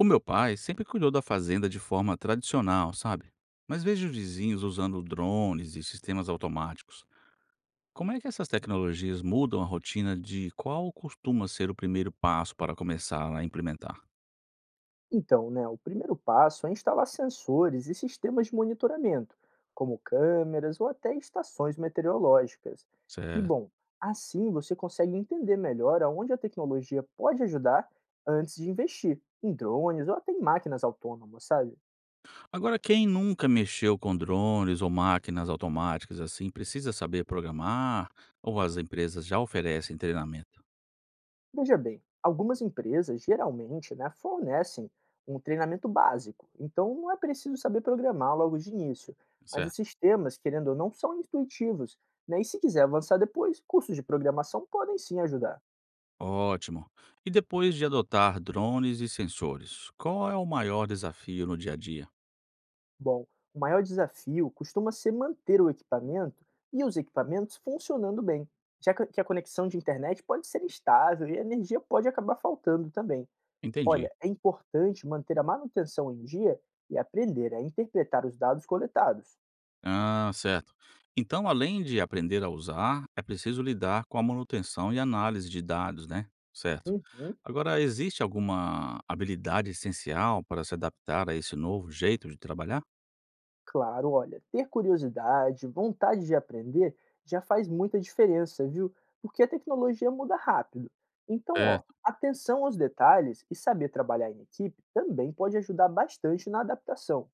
O meu pai sempre cuidou da fazenda de forma tradicional, sabe? Mas vejo vizinhos usando drones e sistemas automáticos. Como é que essas tecnologias mudam a rotina de qual costuma ser o primeiro passo para começar a implementar? Então, né, o primeiro passo é instalar sensores e sistemas de monitoramento, como câmeras ou até estações meteorológicas. E Certo. bom, assim você consegue entender melhor aonde a tecnologia pode ajudar antes de investir em drones ou até em máquinas autônomas, sabe? Agora, quem nunca mexeu com drones ou máquinas automáticas assim, precisa saber programar ou as empresas já oferecem treinamento? Veja bem, algumas empresas geralmente né, fornecem um treinamento básico, então não é preciso saber programar logo de início. Mas os Certo. sistemas, querendo ou não, são intuitivos. Né? E se quiser avançar depois, cursos de programação podem sim ajudar. Ótimo. E depois de adotar drones e sensores, qual é o maior desafio no dia a dia? Bom, o maior desafio costuma ser manter o equipamento e os equipamentos funcionando bem, já que a conexão de internet pode ser instável e a energia pode acabar faltando também. Entendi. Olha, é importante manter a manutenção em dia e aprender a interpretar os dados coletados. Ah, certo. Então, além de aprender a usar, é preciso lidar com a manutenção e análise de dados, né? Certo. Uhum, Agora, existe alguma habilidade essencial para se adaptar a esse novo jeito de trabalhar? claro, olha, ter curiosidade, vontade de aprender já faz muita diferença, viu? Porque a tecnologia muda rápido. Então, ó, Certo. atenção aos detalhes e saber trabalhar em equipe também pode ajudar bastante na adaptação.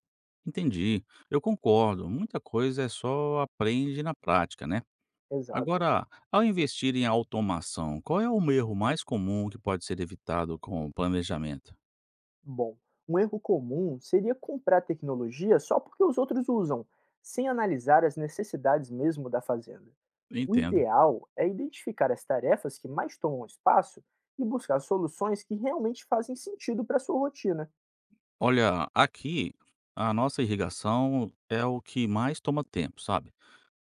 Entendi. Eu concordo. Muita coisa é só aprende na prática, né? Exato. Agora, ao investir em automação, qual é o erro mais comum que pode ser evitado com o planejamento? Bom, um erro comum seria comprar tecnologia só porque os outros usam, sem analisar as necessidades mesmo da fazenda. O Entendo. ideal é identificar as tarefas que mais tomam espaço e buscar soluções que realmente fazem sentido para sua rotina. Olha, aqui a nossa irrigação é o que mais toma tempo, sabe?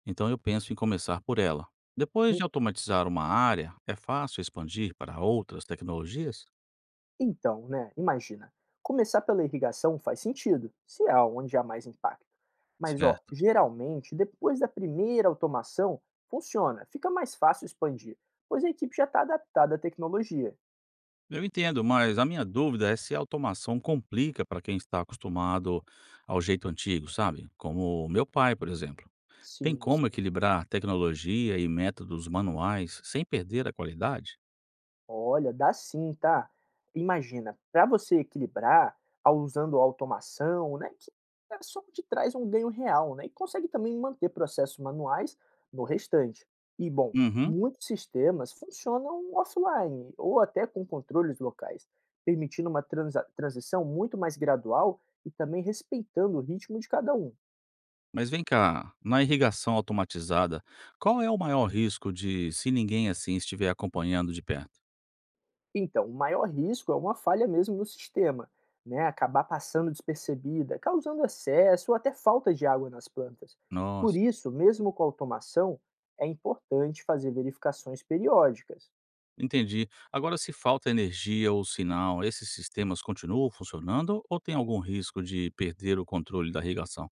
Então eu penso em começar por ela. Depois de Hum, automatizar uma área, é fácil expandir para outras tecnologias? Então, né, imagina, começar pela irrigação faz sentido, se há onde há mais impacto. Mas ó, Certo. geralmente, depois da primeira automação, funciona, fica mais fácil expandir, pois a equipe já está adaptada à tecnologia. Eu entendo, mas a minha dúvida é se a automação complica para quem está acostumado ao jeito antigo, sabe? Como meu pai, por exemplo. Tem Sim, como sim. equilibrar tecnologia e métodos manuais sem perder a qualidade? Olha, dá sim, tá. Imagina, para você equilibrar, ao usando automação, né, que é só te traz um ganho real, né, e consegue também manter processos manuais no restante. E, bom, Uhum. muitos sistemas funcionam offline ou até com controles locais, permitindo uma transa transição muito mais gradual e também respeitando o ritmo de cada um. Mas vem cá, na irrigação automatizada, qual é o maior risco de se ninguém assim estiver acompanhando de perto? Então, o maior risco é uma falha mesmo no sistema, né? Acabar passando despercebida, causando excesso ou até falta de água nas plantas. Por Nossa, isso, mesmo com a automação, é importante fazer verificações periódicas. entendi. Agora, se falta energia ou sinal, esses sistemas continuam funcionando ou tem algum risco de perder o controle da irrigação?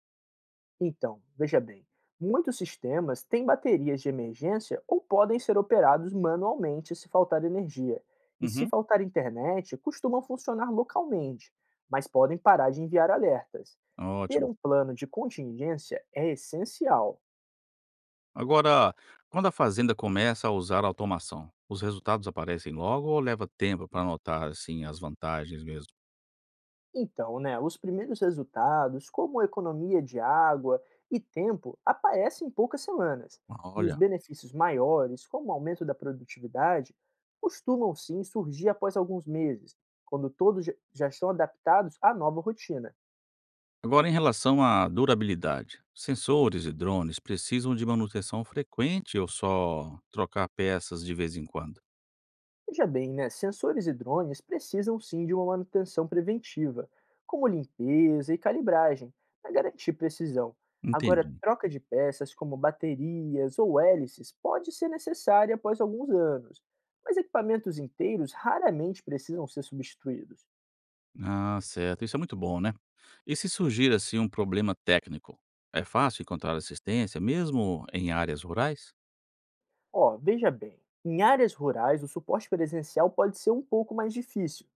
Então, veja bem, muitos sistemas têm baterias de emergência ou podem ser operados manualmente se faltar energia. E se Uhum, faltar internet, costumam funcionar localmente, mas podem parar de enviar alertas. Ter ótimo. um plano de contingência é essencial. Agora, quando a fazenda começa a usar automação, os resultados aparecem logo ou leva tempo para notar assim as vantagens mesmo? Então, né, os primeiros resultados, como economia de água e tempo, aparecem em poucas semanas, e os Olha. benefícios maiores, como o aumento da produtividade, costumam sim surgir após alguns meses, quando todos já estão adaptados à nova rotina. Agora, em relação à durabilidade, sensores e drones precisam de manutenção frequente ou só trocar peças de vez em quando? Veja bem, né? Sensores e drones precisam sim de uma manutenção preventiva, como limpeza e calibragem, para garantir precisão. Agora, Entendi. troca de peças como baterias ou hélices pode ser necessária após alguns anos, mas equipamentos inteiros raramente precisam ser substituídos. Ah, certo. Isso é muito bom, né? E se surgir assim um problema técnico, é fácil encontrar assistência, mesmo em áreas rurais? Ó, veja bem, em áreas rurais o suporte presencial pode ser um pouco mais difícil.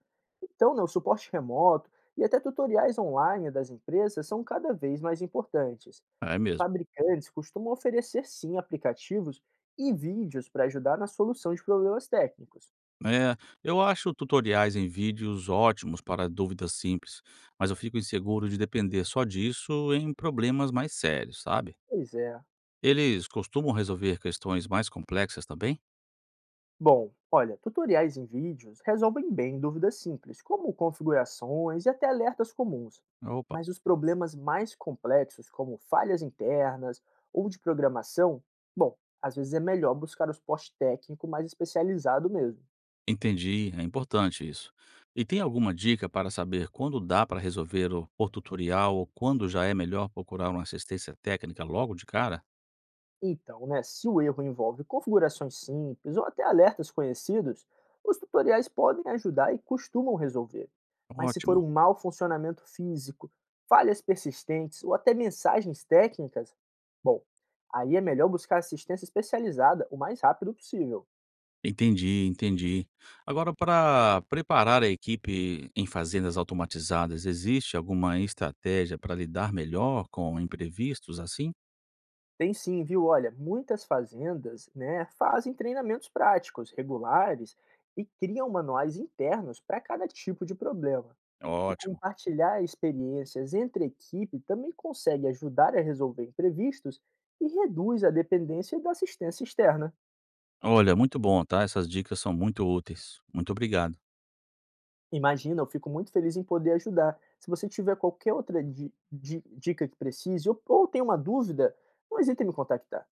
Então, né, o suporte remoto e até tutoriais online das empresas são cada vez mais importantes. É mesmo. Fabricantes costumam oferecer sim aplicativos e vídeos para ajudar na solução de problemas técnicos. É, eu acho tutoriais em vídeos ótimos para dúvidas simples, mas eu fico inseguro de depender só disso em problemas mais sérios, sabe? Pois é. Eles costumam resolver questões mais complexas também? Bom, olha, tutoriais em vídeos resolvem bem dúvidas simples, como configurações e até alertas comuns. Opa, Mas os problemas mais complexos, como falhas internas ou de programação, bom, às vezes é melhor buscar o suporte técnico mais especializado mesmo. entendi, é importante isso. E tem alguma dica para saber quando dá para resolver o por tutorial ou quando já é melhor procurar uma assistência técnica logo de cara? Então, né, se o erro envolve configurações simples ou até alertas conhecidos, os tutoriais podem ajudar e costumam resolver. Mas se for Ótimo. um mau funcionamento físico, falhas persistentes ou até mensagens técnicas, bom, aí é melhor buscar assistência especializada o mais rápido possível. Entendi, entendi. Agora, para preparar a equipe em fazendas automatizadas, existe alguma estratégia para lidar melhor com imprevistos assim? Tem sim, viu? Olha, muitas fazendas né, fazem treinamentos práticos, regulares e criam manuais internos para cada tipo de problema. E Ótimo. compartilhar experiências entre equipe também consegue ajudar a resolver imprevistos e reduz a dependência da assistência externa. Olha, muito bom, tá? Essas dicas são muito úteis. Muito obrigado. Imagina, eu fico muito feliz em poder ajudar. Se você tiver qualquer outra dica que precise ou tem uma dúvida, não hesite em me contactar.